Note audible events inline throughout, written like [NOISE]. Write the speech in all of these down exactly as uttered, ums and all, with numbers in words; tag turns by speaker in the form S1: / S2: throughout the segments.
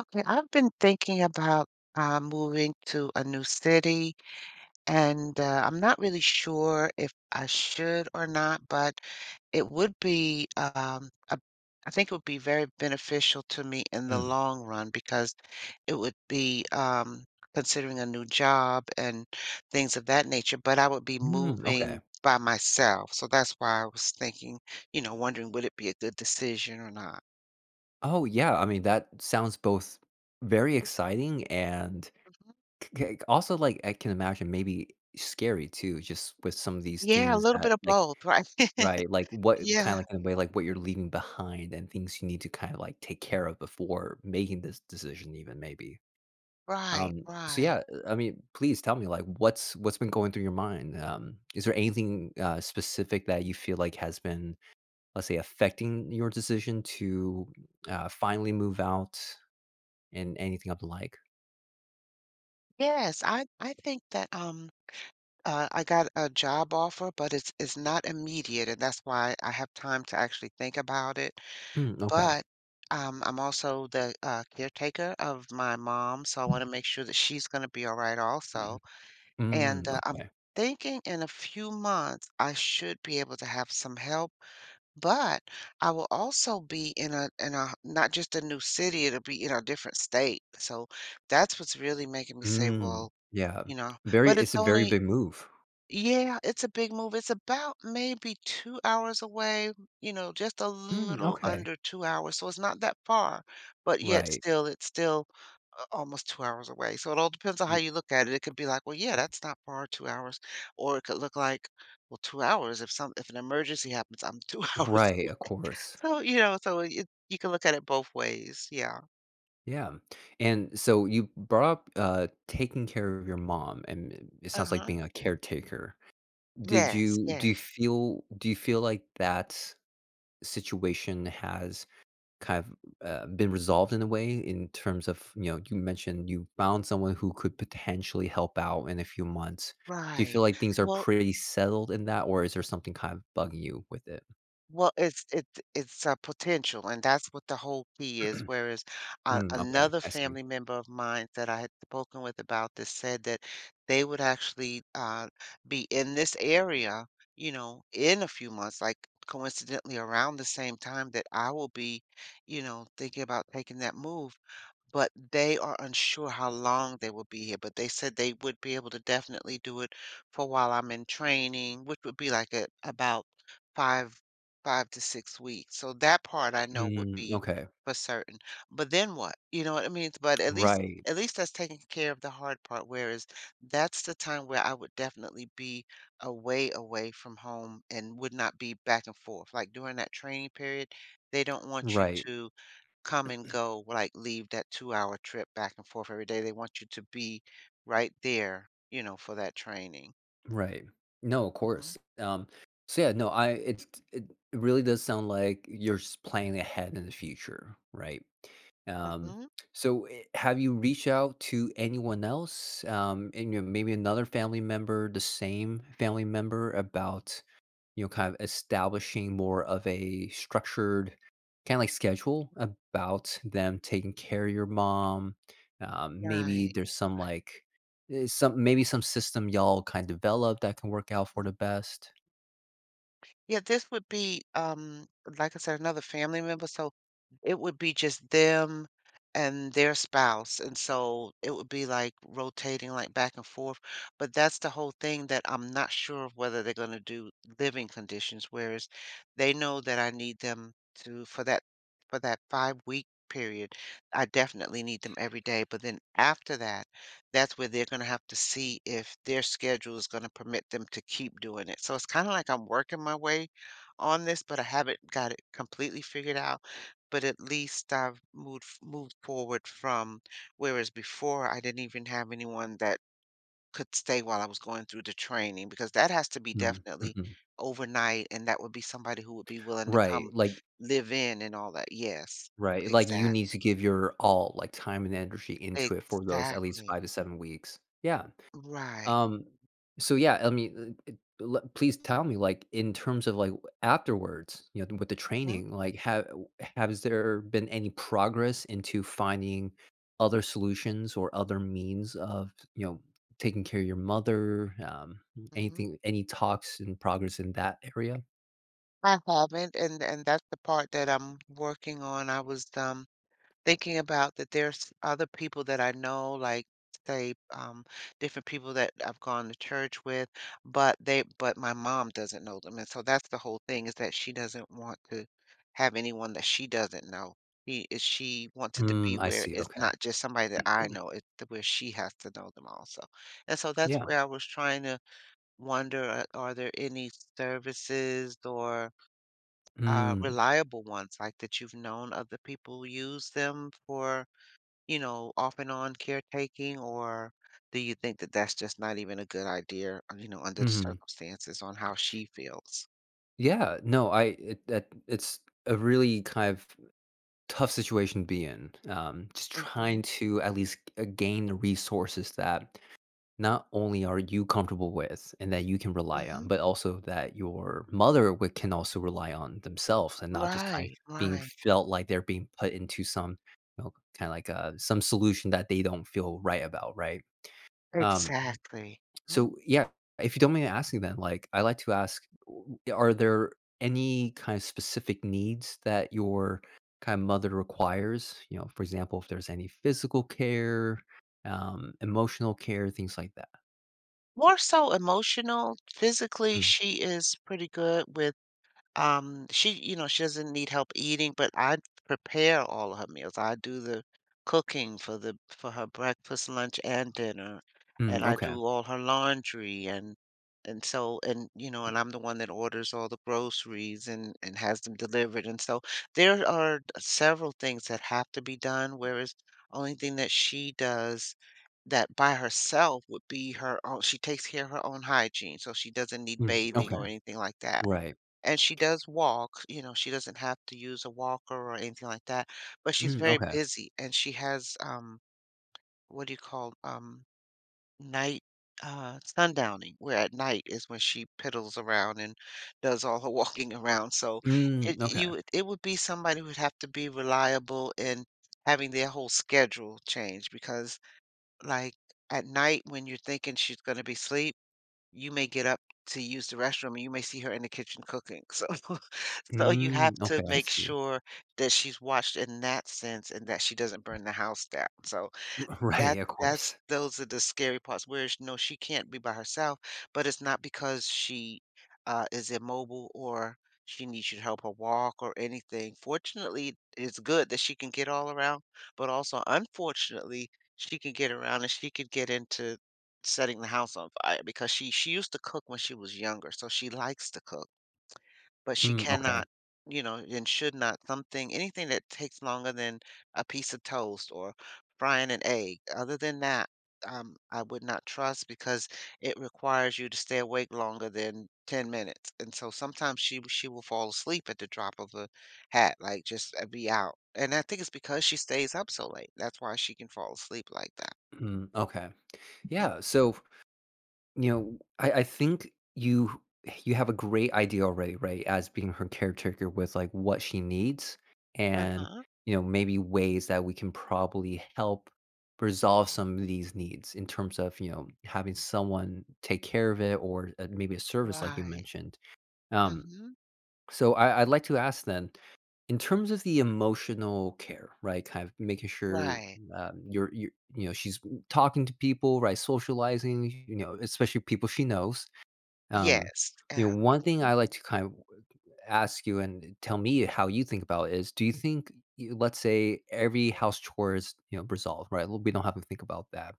S1: Okay, I've been thinking about uh, moving to a new city, and uh, I'm not really sure if I should or not, but it would be, um, a, I think it would be very beneficial to me in the
S2: Mm.
S1: long run because it would be um, considering a new job and things of that nature, but I would be
S2: Mm, okay.
S1: moving by myself. So that's why I was thinking, you know, wondering would it be a good decision or not?
S2: Oh, yeah, I mean, that sounds both very exciting and
S1: Mhm.
S2: c c also, like, I can imagine maybe scary too, just with some of these
S1: Yeah, a
S2: things
S1: little
S2: that,
S1: bit of
S2: like,
S1: both, right?
S2: right,
S1: [LAUGHS]
S2: like, what kinda
S1: Yeah,
S2: like, in a way, like, what you're leaving behind and things you need to kinda, like, take care of before making this decision even maybe.
S1: right,
S2: Um, so,
S1: right.
S2: yeah, uh, I mean, please tell me, like, what's what's been going through your mind? Um, is there anything, uh, specific that you feel like has been, let's say, affecting your decision to, uh, finally move out and anything of the like?
S1: Yes, I I think that um uh, I got a job offer, but it's it's not immediate, and that's why I have time to actually think about it.
S2: Mm, okay.
S1: But um, I'm also the uh, caretaker of my mom, so I want to make sure that she's going to be all right also. And
S2: Mm,
S1: uh, I'm
S2: okay.
S1: thinking in a few months I should be able to have some help. But I will also be in a in a not just a new city, it'll be in a different state. So that's what's really making me say,
S2: Mm,
S1: well,
S2: yeah.
S1: you know,
S2: Very
S1: but it's
S2: It's a very
S1: only
S2: big move.
S1: yeah, it's a big move. It's about maybe two hours away, you know, just a
S2: Mm,
S1: little
S2: okay.
S1: under two hours. So it's not that far, but yet
S2: Right.
S1: still, it's still a- almost two hours away. So it all depends on how
S2: R
S1: you look at it. It could be like, well, yeah, that's not far, two hours, or it could look like, well, two hours if some if an emergency happens, I'm two [LAUGHS] hours
S2: Right, of course.
S1: so, you know, so it, you can look at it both ways. Yeah.
S2: Yeah. And so you brought up, uh, taking care of your mom, and it it sounds like
S1: Uh-huh.
S2: being a caretaker. Did
S1: Yes,
S2: you do you
S1: yes,
S2: feel do you feel like that situation has kind of, uh, been resolved in a way in terms of, you know, you mentioned you found someone who could potentially help out in a few months. Do you
S1: right.
S2: feel like things are
S1: Well,
S2: pretty settled in that, or is there something kind of bugging you with it?
S1: well, it's it's it's a potential, and that's what the whole key is.
S2: [CLEARS THROAT]
S1: Whereas uh,
S2: Mm, okay,
S1: another
S2: I see.
S1: family member of mine that I had spoken with about this said that they would actually uh, be in this area, you know, in a few months, like coincidentally around the same time that I will be, you know, thinking about taking that move. But they are unsure how long they will be here, but they said they would be able to definitely do it for while I'm in training, which would be like a about five, five to six weeks. So that part I know would
S2: Mm,
S1: be
S2: okay.
S1: for certain. But then what? You know what I mean? But at least
S2: Right,
S1: at least that's taking care of the hard part, whereas that's the time where I would definitely be away away from home and would not be back and forth. Like during that training period, they don't want you
S2: right.
S1: to come and go, like leave that two-hour trip back and forth every day. They want you to be right there, you know, for that training.
S2: Right. No, of
S1: Mhm,
S2: course. Um, so yeah, no, I, it it really does sound like you're just planning ahead in the future, right? Um,
S1: mhm.
S2: so eh, have you reached out to anyone else, um, and you know, maybe another family member, the same family member about, you know, kind of establishing more of a structured kind of like schedule about them taking care of your mom. Um, maybe
S1: Right,
S2: there's some
S1: right.
S2: like, eh, some maybe some system y'all kind of develop that can work out for the best.
S1: Yeah, this would be, um, like I said, another family member, so it would be just them and their spouse, and so it would be, like, rotating, like, back and forth, but that's the whole thing that I'm not sure of whether they're gonna do living conditions, whereas they know that I need them to for that for that five-week period, I definitely need them every day, but then after that, that's where they're gonna have to see if their schedule is gonna permit them to keep doing it, so it's kinda like I'm working my way on this, but I haven't got it completely figured out but at least I've moved moved forward from whereas before I didn't even have anyone that could stay while I was going through the training because that has to be
S2: Mm,
S1: definitely
S2: mhm.
S1: overnight and that would be somebody who would be willing to come
S2: Right, like,
S1: live in and all that. Yes.
S2: right, like you
S1: Exact.
S2: need to give your all, like time and energy into it for those at least
S1: Exactly.
S2: five to seven weeks. Yeah.
S1: Right.
S2: Um, so yeah, I mean, uh, uh, le please tell me, like, in terms of, like, afterwards, you know, with the
S1: hmm
S2: training, like, have has there been any progress into finding other solutions or other means of, you know, taking care of your mother? Um,
S1: hmm
S2: anything, any talks and progress in that area?
S1: I haven't, and and that's the part that I'm working on. I was um thinking about that there's other people that I know, like say um, different people that I've gone to church with, but they but my mom doesn't know them, and so that's the whole thing is that she doesn't want to have anyone that she doesn't know. She is she wants it to be
S2: Mm, I
S1: where
S2: see,
S1: it's
S2: okay.
S1: not just somebody that I know, it's to where she has to know them also. And so that's
S2: Yeah.
S1: where I was trying to wonder, uh, are there any services or uh,
S2: Mm,
S1: reliable ones like that you've known other people use them for? You know, off and on caretaking, or do you think that that's just not even a good idea, uh, you know, under the
S2: mhm.
S1: circumstances on how she feels?
S2: Yeah, no, I it that it's a really kind of tough situation to be in. Um, just trying
S1: Mhm,
S2: to at least, uh, gain the resources that not only are you comfortable with and that you can rely on,
S1: mhm.
S2: but also that your mother would, can also rely on themselves and not just kind of
S1: Right,
S2: being
S1: right.
S2: felt like they're being put into some, you know, kind of like, uh, some solution that they don't feel right about, right? Um,
S1: Exactly. Mhm.
S2: so, yeah, if you don't mind me asking then, like, I like to ask, w are there any kind of specific needs that your kind of mother requires? You know, for example, if there's any physical care, um, emotional care, things like that.
S1: More so emotional, physically,
S2: Mm.
S1: she is pretty good with. Um, she, you know, she doesn't need help eating, but I prepare all of her meals. I do the cooking for the for her breakfast, lunch, and dinner, and
S2: Mm,
S1: I
S2: okay.
S1: do all her laundry and and so and you know, and I'm the one that orders all the groceries and and has them delivered. And so there are several things that have to be done, whereas only thing that she does that by herself would be her own. She takes care of her own hygiene so she doesn't need
S2: Mm,
S1: bathing
S2: okay.
S1: or anything like that,
S2: Right.
S1: and she does walk, you know, she doesn't have to use a walker or anything like that, but she's
S2: Mm,
S1: very
S2: okay.
S1: busy and she has, um, what do you call, um, night, uh, sundowning, where at night is when she piddles around and does all her [LAUGHS] walking around. So
S2: Mm,
S1: it you
S2: okay.
S1: would- it would be somebody who'd have to be reliable in having their whole schedule change because like at night when you're thinking she's going to be asleep you may get up to use the restroom and you may see her in the kitchen cooking. So [LAUGHS] so you have
S2: Mm,
S1: to
S2: okay, I
S1: make
S2: see.
S1: sure that she's watched in that sense and that she doesn't burn the house down. So
S2: [LAUGHS] right,
S1: that's
S2: of
S1: that's
S2: course.
S1: those are the scary parts, whereas, no, she can't be by herself, but it's not because she, uh, is immobile or she needs you to help her walk or anything. Fortunately, it's good that she can get all around, but also, unfortunately, she can get around and she could get into setting the house on fire because she she used to cook when she was younger, so she likes to cook but she
S2: Mm, okay.
S1: cannot, you know, and should not something anything that takes longer than a piece of toast or frying an egg. Other than that, um, I would not trust because it requires you to stay awake longer than ten minutes. And so sometimes she she will fall asleep at the drop of a hat, like just uh, be out. And I think it's because she stays up so late. That's why she can fall asleep like that.
S2: Mm, okay. Yeah,
S1: Mhm.
S2: so you know, I I think you, you have a great idea already, right, as being her caretaker with, like, what she needs and,
S1: Uh-huh.
S2: you know, maybe ways that we can probably help resolve some of these needs in terms of, you know, having someone take care of it or, uh, maybe a service like you
S1: Right.
S2: mentioned. Um
S1: Mm-hmm.
S2: so I, I'd like to ask then, in terms of the emotional care, right? Kind of making sure
S1: Right.
S2: um, you're, you're, you know, she's talking to people, right? Socializing, you know, especially people she knows. Um,
S1: Yes.
S2: you
S1: Yeah.
S2: know, one thing
S1: Mm-hmm.
S2: I like to kind of ask you and tell me how you think about it is, do you think, you- let's say, every house chore is, you know, resolved, right? Well, we don't have to think about that.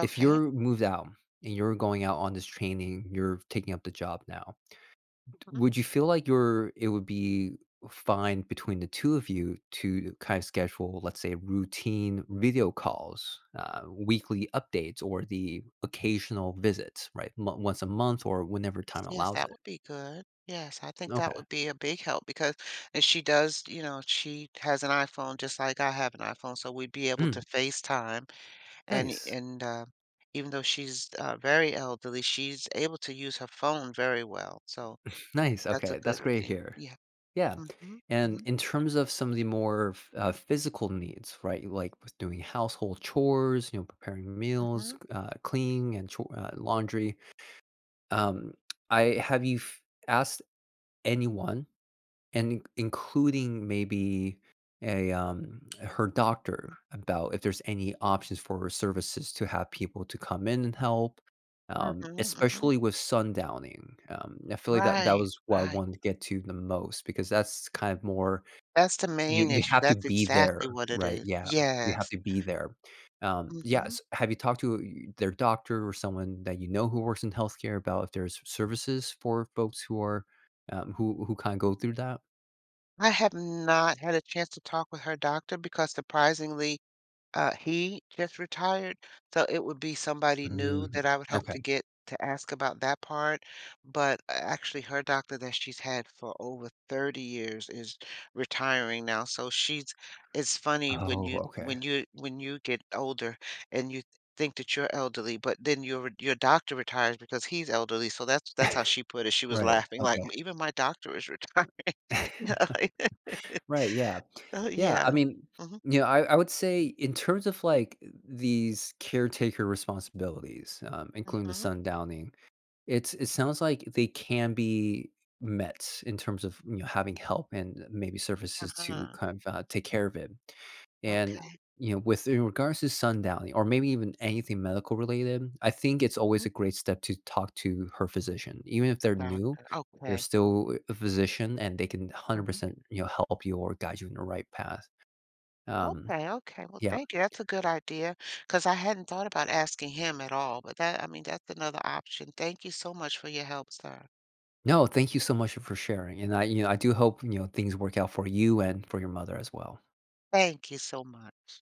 S2: If you're moved out and you're going out on this training, you're taking up the job now,
S1: Mhm.
S2: would you feel like you're it would be fine between the two of you to kind of schedule, let's say, routine video calls, uh, weekly updates, or the occasional visits, right? Mo Once a month or whenever
S1: Yes,
S2: time
S1: yes,
S2: allows
S1: that
S2: it.
S1: would be good. Yes, I think that
S2: Okay.
S1: would be a big help because and she does, you know, she has an iPhone just like I have an iPhone, so we'd be able to
S2: Mm,
S1: FaceTime and
S2: nice.
S1: and uh, even though she's uh, very elderly, she's able to use her phone very well. So
S2: Nice,
S1: that's a
S2: okay,
S1: good
S2: that's great
S1: thing.
S2: here.
S1: Yeah.
S2: Yeah,
S1: Mm-hmm.
S2: and
S1: Mm-hmm.
S2: in terms of some of the more f uh, physical needs, right, like with doing household chores, you know, preparing meals,
S1: Mm-hmm.
S2: uh, cleaning and chore uh, laundry. Um, I have you f- asked anyone, and in- including maybe a, um, her doctor, about if there's any options for her services to have people to come in and help, um,
S1: Mm-hmm. hmm
S2: especially with sundowning. Um, I feel like that that
S1: Right.
S2: was what I
S1: Right.
S2: wanted to get to the most because that's kind of more
S1: That's the
S2: you
S1: main
S2: you
S1: issue.
S2: have to
S1: That's
S2: be
S1: exactly
S2: there,
S1: what it
S2: right?
S1: is.
S2: Yeah, you have
S1: Yes.
S2: to be there. Um,
S1: Mm-hmm.
S2: yes, have you talked to y their doctor or someone that you know who works in healthcare about if there's services for folks who are, um, who who kinda go through that?
S1: I have not had a chance to talk with her doctor because surprisingly, uh, he just retired. So it would be somebody new
S2: Mm,
S1: that I would have to
S2: okay.
S1: get to ask about that part. But uh, actually, her doctor that she's had for over thirty years is retiring now. So she's, it's funny when
S2: Oh,
S1: you
S2: okay.
S1: when you when you get older and you think that you're elderly, but then your your doctor retires because he's elderly. So that's that's how she put it. She was
S2: Right,
S1: laughing like
S2: okay.
S1: even my doctor is retiring. [LAUGHS] You know,
S2: [LAUGHS]
S1: like,
S2: Right, yeah.
S1: oh,
S2: Yeah,
S1: yeah.
S2: I mean,
S1: Mhm,
S2: you know, I I would say in terms of, like, these caretaker responsibilities, um, including the
S1: mhm,
S2: sundowning, It's it sounds like they can be met in terms of, you know, having help and maybe services to
S1: uh-huh,
S2: kind of, uh, take care of it, and,
S1: okay.
S2: you know, with in regards to sundowning or maybe even anything medical related, I think it's always
S1: Mm,
S2: a great step to talk to her physician. Even if
S1: a
S2: they're new,
S1: doctor,
S2: they're
S1: okay, o
S2: still a physician, and they can
S1: mhm.
S2: one hundred percent, you know, help you or guide you in the right path. Um,
S1: Okay, okay, well,
S2: yeah.
S1: thank you, that's a good idea. Cause I hadn't thought about asking him at all, but that I mean, that's another option. Thank you so much for your help, sir.
S2: No, thank you so much for sharing, and I, you know, I do hope, you know, things work out for you and for your mother as well.
S1: Thank you so much.